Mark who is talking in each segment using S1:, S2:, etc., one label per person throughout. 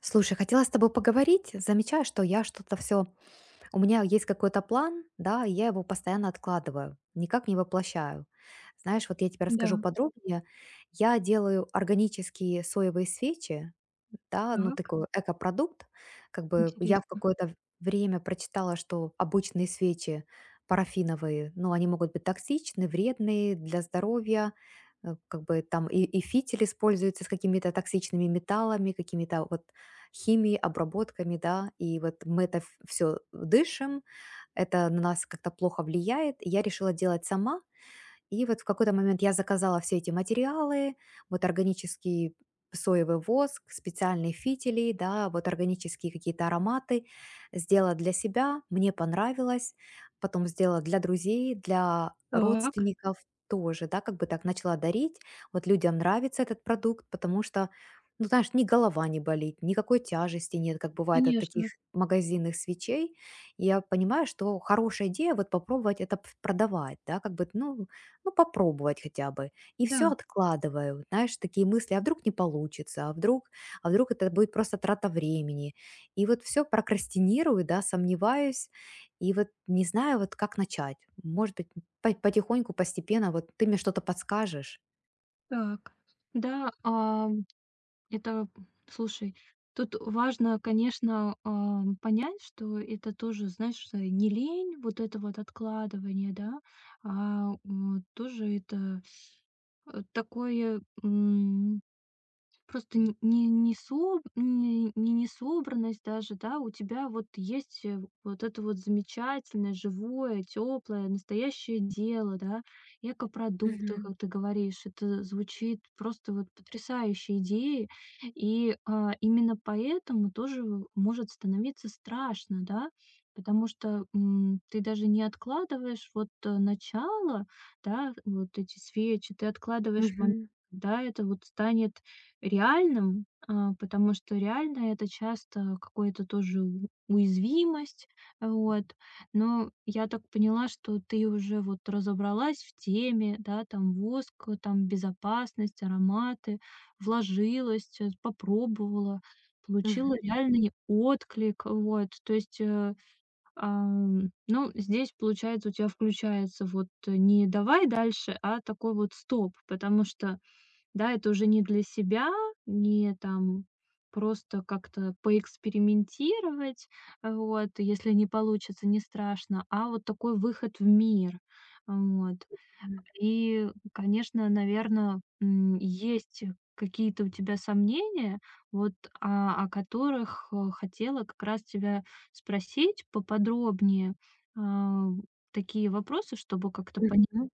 S1: Слушай, хотела с тобой поговорить. Замечаю, что я что-то все... У меня есть какой-то план, да, и я его постоянно откладываю, никак не воплощаю. Знаешь, вот я тебе расскажу
S2: Да,
S1: подробнее. Я делаю органические соевые свечи, да, ну
S2: так,
S1: такой экопродукт. Как бы я в
S2: интересно.
S1: какое-то время прочитала, что обычные свечи парафиновые, ну они могут быть токсичны, вредные для здоровья, как бы там и фитиль используется с какими-то токсичными металлами, какими-то вот химией, обработками, да, и вот мы это все дышим, это на нас как-то плохо влияет. И я решила делать сама, и вот в какой-то момент я заказала все эти материалы, вот органический соевый воск, специальные фитили, да, вот органические какие-то ароматы. Сделала для себя, мне понравилось. Потом сделала для друзей, для
S2: Так,
S1: родственников тоже, да, как бы так начала дарить. Вот людям нравится этот продукт, потому что, ну, знаешь, ни голова не болит, никакой тяжести нет, как бывает от таких
S2: конечно,
S1: магазинных свечей. И я понимаю, что хорошая идея вот попробовать это продавать, да, как бы, ну, попробовать хотя бы. И все
S2: да,
S1: откладываю. Знаешь, такие мысли: а вдруг не получится, а вдруг это будет просто трата времени. И вот все прокрастинирую, да, сомневаюсь, и вот не знаю, вот как начать. Может быть, по потихоньку, постепенно, вот ты мне что-то подскажешь?
S2: так. Да, это, слушай, тут важно, конечно, понять, что это тоже, знаешь, не лень, вот это вот откладывание, да, тоже это такое, просто н не не соб не не несобранность даже, да, у тебя вот есть, вот это вот замечательное, живое, теплое настоящее дело, да. Экопродукты, как ты говоришь, это звучит просто вот потрясающей идеей. И, именно поэтому тоже может становиться страшно, да, потому что, ты даже не откладываешь вот, начало, да, вот эти свечи, ты откладываешь момент,
S1: Мгм.
S2: когда это вот станет реальным, потому что реально это часто какая то тоже у уязвимость, вот. Но я так поняла, что ты уже вот разобралась в теме, да, там воск, там безопасность, ароматы, вложилась, попробовала, получила
S1: Мгм.
S2: реальный отклик, вот. То есть, ну, здесь, получается, у тебя включается вот не «давай дальше», а такой вот «стоп», потому что да, это уже не для себя, не там просто как-то поэкспериментировать, вот, если не получится, не страшно, а вот такой выход в мир, вот.
S1: Мгм.
S2: И, конечно, наверное, есть какие-то у тебя сомнения, вот, о которых хотела как раз тебя спросить поподробнее, а, такие вопросы, чтобы как-то понять,
S1: Мгм.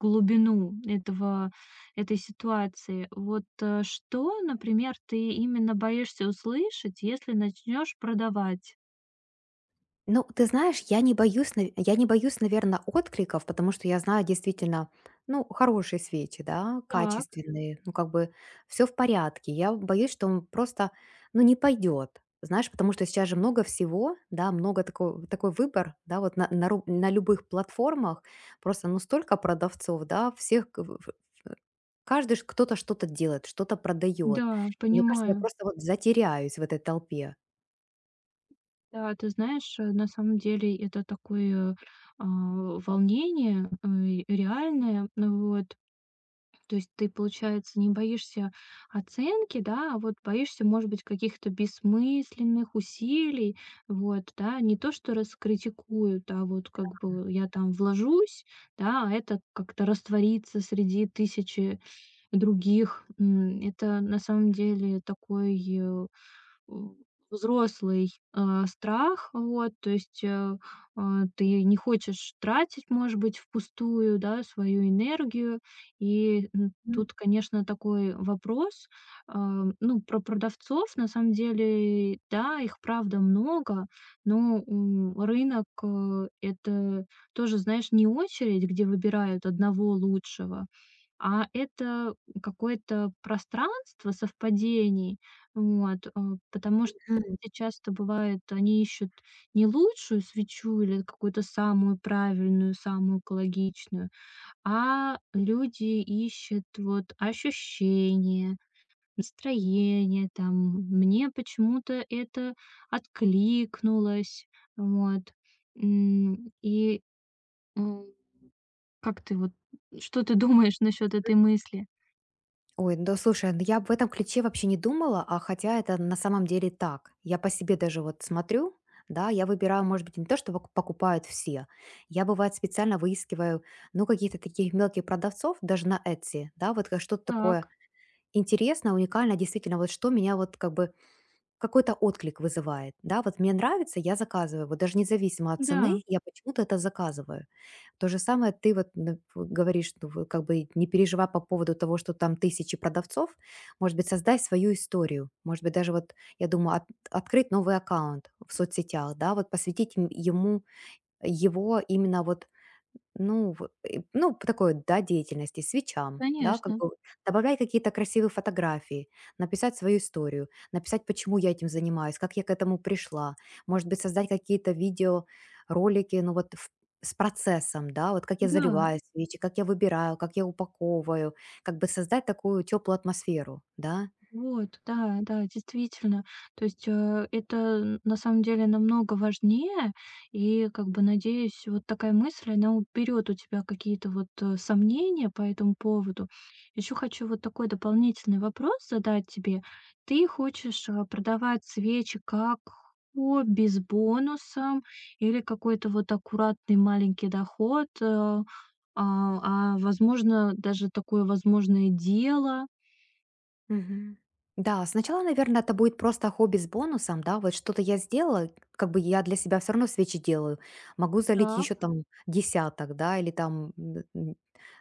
S2: глубину этого этой ситуации. Вот, что, например, ты именно боишься услышать, если начнешь продавать?
S1: Ну, ты знаешь, я не боюсь, наверное, откликов, потому что я знаю действительно, ну, хорошие свечи, да,
S2: Так,
S1: качественные, ну, как бы все в порядке. Я боюсь, что он просто, ну, не пойдет, знаешь, потому что сейчас же много всего, да, много такой, такой выбор, да, вот на любых платформах просто, ну, столько продавцов, да, всех, каждый ж кто-то что-то делает, что-то продает.
S2: да,
S1: Мне кажется, я
S2: понимаю.
S1: просто вот затеряюсь в этой толпе.
S2: Да, ты знаешь, на самом деле это такое, волнение, реальное. Ну вот. То есть ты, получается, не боишься оценки, да, а вот боишься, может быть, каких-то бессмысленных усилий, вот, да, не то, что раскритикуют, а вот как бы я там вложусь, да, а это как-то растворится среди тысячи других. Это на самом деле такой м, взрослый, страх, вот, то есть, ты не хочешь тратить, может быть, впустую, да, свою энергию. И, тут, конечно, такой вопрос, ну, про продавцов, на самом деле, да, их правда много, но, рынок, это тоже, знаешь, не очередь, где выбирают одного лучшего, а это какое-то пространство совпадений, вот, потому что
S1: Мгм.
S2: те часто бывает, они ищут не лучшую свечу или какую-то самую правильную, самую экологичную, а люди ищут вот ощущение, настроение, там, мне почему-то это откликнулось, вот. М, и, м, как ты вот, что ты думаешь насчет этой мысли?
S1: Ой, да слушай, ну я в этом ключе вообще не думала, а хотя это на самом деле так. Я по себе даже вот смотрю, да, я выбираю, может быть, не то, что покупают все. Я, бывает, специально выискиваю, ну, какие-то таких мелких продавцов, даже на Etsy, да, вот как что-то такое
S2: Так.
S1: интересное, уникальное, действительно, вот что меня вот как бы какой-то отклик вызывает, да. Вот мне нравится, я заказываю. Вот даже независимо от цены,
S2: Да,
S1: я почему-то это заказываю. То же самое ты вот вот говоришь, что вы как бы не переживай по поводу того, что там тысячи продавцов. Может быть, создай свою историю. Может быть, даже вот, я думаю, открыть новый аккаунт в соцсетях, да, вот посвятить ему его именно вот ну, в и ну, п такой, вот, да, деятельности, свечам, да, как
S2: конечно,
S1: бы добавляй какие-то красивые фотографии, написать свою историю, написать, почему я этим занимаюсь, как я к этому пришла. Может быть, создать какие-то видео, ролики, ну, вот в с процессом, да, вот как я
S2: да.
S1: заливаю свечи, как я выбираю, как я упаковываю. Как бы создать такую теплую атмосферу, да.
S2: Вот, да, да, действительно. То есть, это, н на самом деле намного важнее. И, как бы, надеюсь, вот такая мысль, она уберет у тебя какие-то вот, сомнения по этому поводу. Еще хочу вот такой дополнительный вопрос задать тебе. Ты хочешь, продавать свечи как хобби с бонусом или какой-то вот аккуратный маленький доход, возможно, даже такое возможное дело?
S1: Мгм. Да, сначала, наверное, это будет просто хобби с бонусом, да, вот что-то я сделала, как бы я для себя все равно свечи делаю, могу залить
S2: Так,
S1: еще там десяток, да, или там,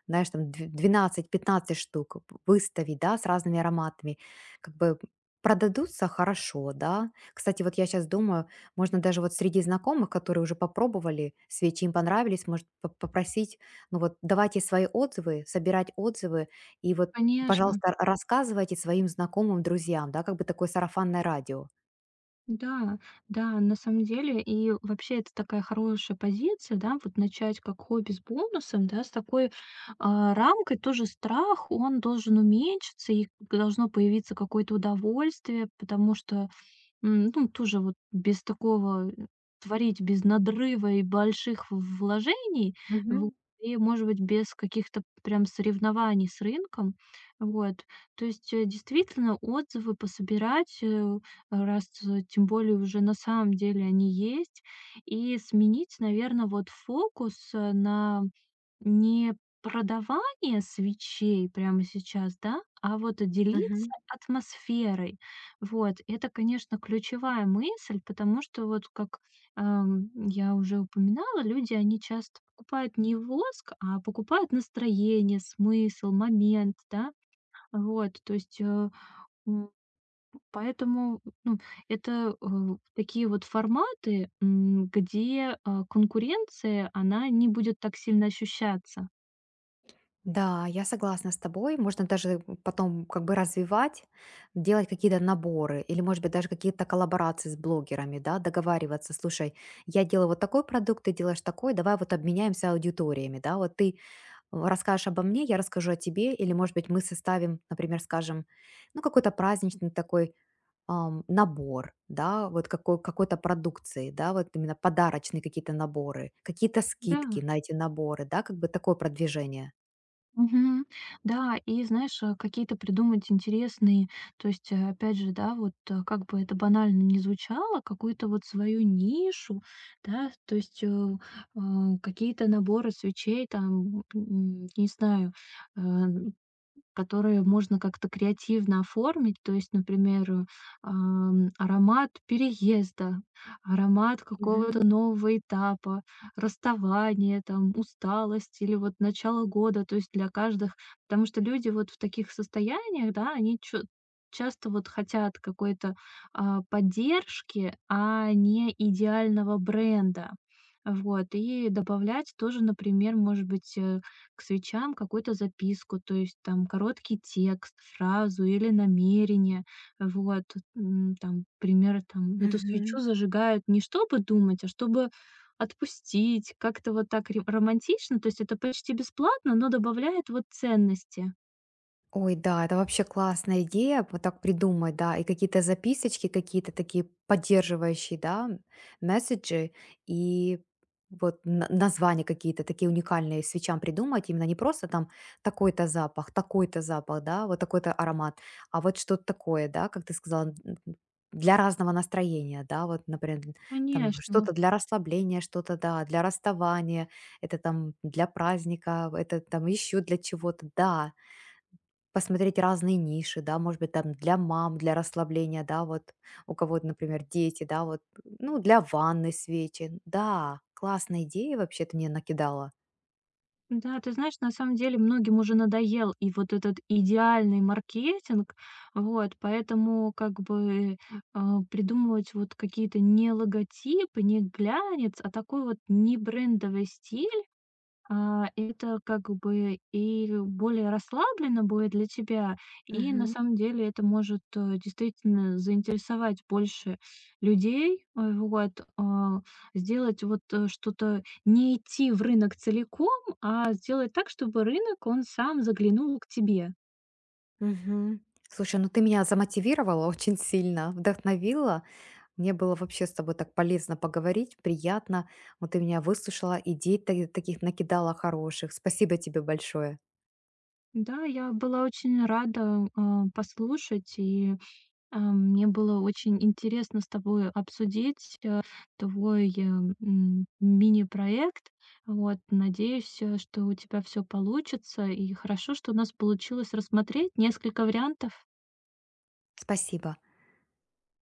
S1: знаешь, там двенадцать-пятнадцать штук выставить, да, с разными ароматами, как бы продадутся хорошо, да. Кстати, вот я сейчас думаю, можно даже вот среди знакомых, которые уже попробовали свечи, им понравились, может попросить, ну вот давайте свои отзывы, собирать отзывы, и вот
S2: конечно.
S1: пожалуйста, рассказывайте своим знакомым, друзьям, да, как бы такое сарафанное радио.
S2: Да, да, на самом деле, и вообще это такая хорошая позиция, да, вот начать как хобби с бонусом, да, с такой рамкой тоже страх, он должен уменьшиться, и должно появиться какое-то удовольствие, потому что ну, тоже вот без такого, творить без надрыва и больших в вложений, вот,
S1: Мгм,
S2: и, может быть, без каких-то прям соревнований с рынком. Вот. То есть, действительно, отзывы пособирать, раз, тем более уже на самом деле они есть, и сменить, наверное, вот фокус, на не продавание свечей прямо сейчас, да, а вот делиться
S1: мгм.
S2: атмосферой. Вот. Это, конечно, ключевая мысль, потому что вот как, я уже упоминала, люди, они часто покупают не воск, а покупают настроение, смысл, момент, да. Вот, то есть, м, поэтому, ну, это, такие вот форматы, где, конкуренция, она не будет так сильно ощущаться.
S1: Да, я согласна с тобой. Можно даже потом как бы развивать, делать какие-то наборы или, может быть, даже какие-то коллаборации с блогерами, да, договариваться. Слушай, я делаю вот такой продукт, ты делаешь такой, давай вот обменяемся аудиториями, да, вот ты расскажешь обо мне, я расскажу о тебе, или, может быть, мы составим, например, скажем, ну, какой-то праздничный такой набор, да, вот какой, какой-то продукции, да, вот именно подарочные какие-то наборы, какие-то скидки
S2: Да.
S1: на эти наборы, да, как бы такое продвижение.
S2: Мгм. Да, и знаешь, какие-то придумать интересные, то есть, опять же, да, вот как бы это банально не звучало, какую-то вот свою нишу, да, то есть э, какие-то наборы свечей, там, не знаю, э, которые можно как-то креативно оформить. То есть, например, аромат переезда, аромат
S1: Мгм.
S2: какого-то нового этапа, расставания, там, усталость или вот начало года. То есть для каждых, потому что люди вот в таких состояниях, да, они часто вот хотят какой-то поддержки, а не идеального бренда. Вот, и добавлять тоже, например, может быть, к свечам какую-то записку, то есть там короткий текст, фразу или намерение. Вот, там, пример, там, эту свечу
S1: Мгм.
S2: зажигают не чтобы думать, а чтобы отпустить. Как-то вот так романтично, то есть это почти бесплатно, но добавляет вот ценности.
S1: Ой, да, это вообще классная идея, вот так придумать, да, и какие-то записочки, какие-то такие поддерживающие, да, месседжи, и вот названия какие-то такие уникальные свечам придумать, именно не просто там такой-то запах, да, вот такой-то аромат, а вот что-то такое, да, как ты сказала, н- для разного настроения, да, вот, например, там
S2: Конечно.
S1: что-то для расслабления, что-то, да, для расставания, это там для праздника, это там еще для чего-то, да, посмотреть разные ниши, да, может быть, там для мам, для расслабления, да, вот у кого-то, например, дети, да, вот, ну, для ванны свечи. Да, классная идея вообще ты мне накидала.
S2: Да, ты знаешь, на самом деле многим уже надоел и вот этот идеальный маркетинг, вот, поэтому как бы придумывать вот какие-то не логотипы, не глянец, а такой вот не брендовый стиль, это как бы и более расслабленно будет для тебя, и на
S1: Мгм.
S2: самом деле это может, действительно заинтересовать больше людей, вот, сделать вот, что-то, не идти в рынок целиком, а сделать так, чтобы рынок, он сам заглянул к тебе.
S1: Мгм. Слушай, ну ты меня замотивировала очень сильно, вдохновила. Мне было вообще с тобой так полезно поговорить, приятно. Вот ты меня выслушала, идей таких накидала хороших. Спасибо тебе большое.
S2: Да, я была очень рада, послушать и мне было очень интересно с тобой обсудить твой мини-проект. Вот, надеюсь, что у тебя все получится. И хорошо, что у нас получилось рассмотреть несколько вариантов.
S1: Спасибо.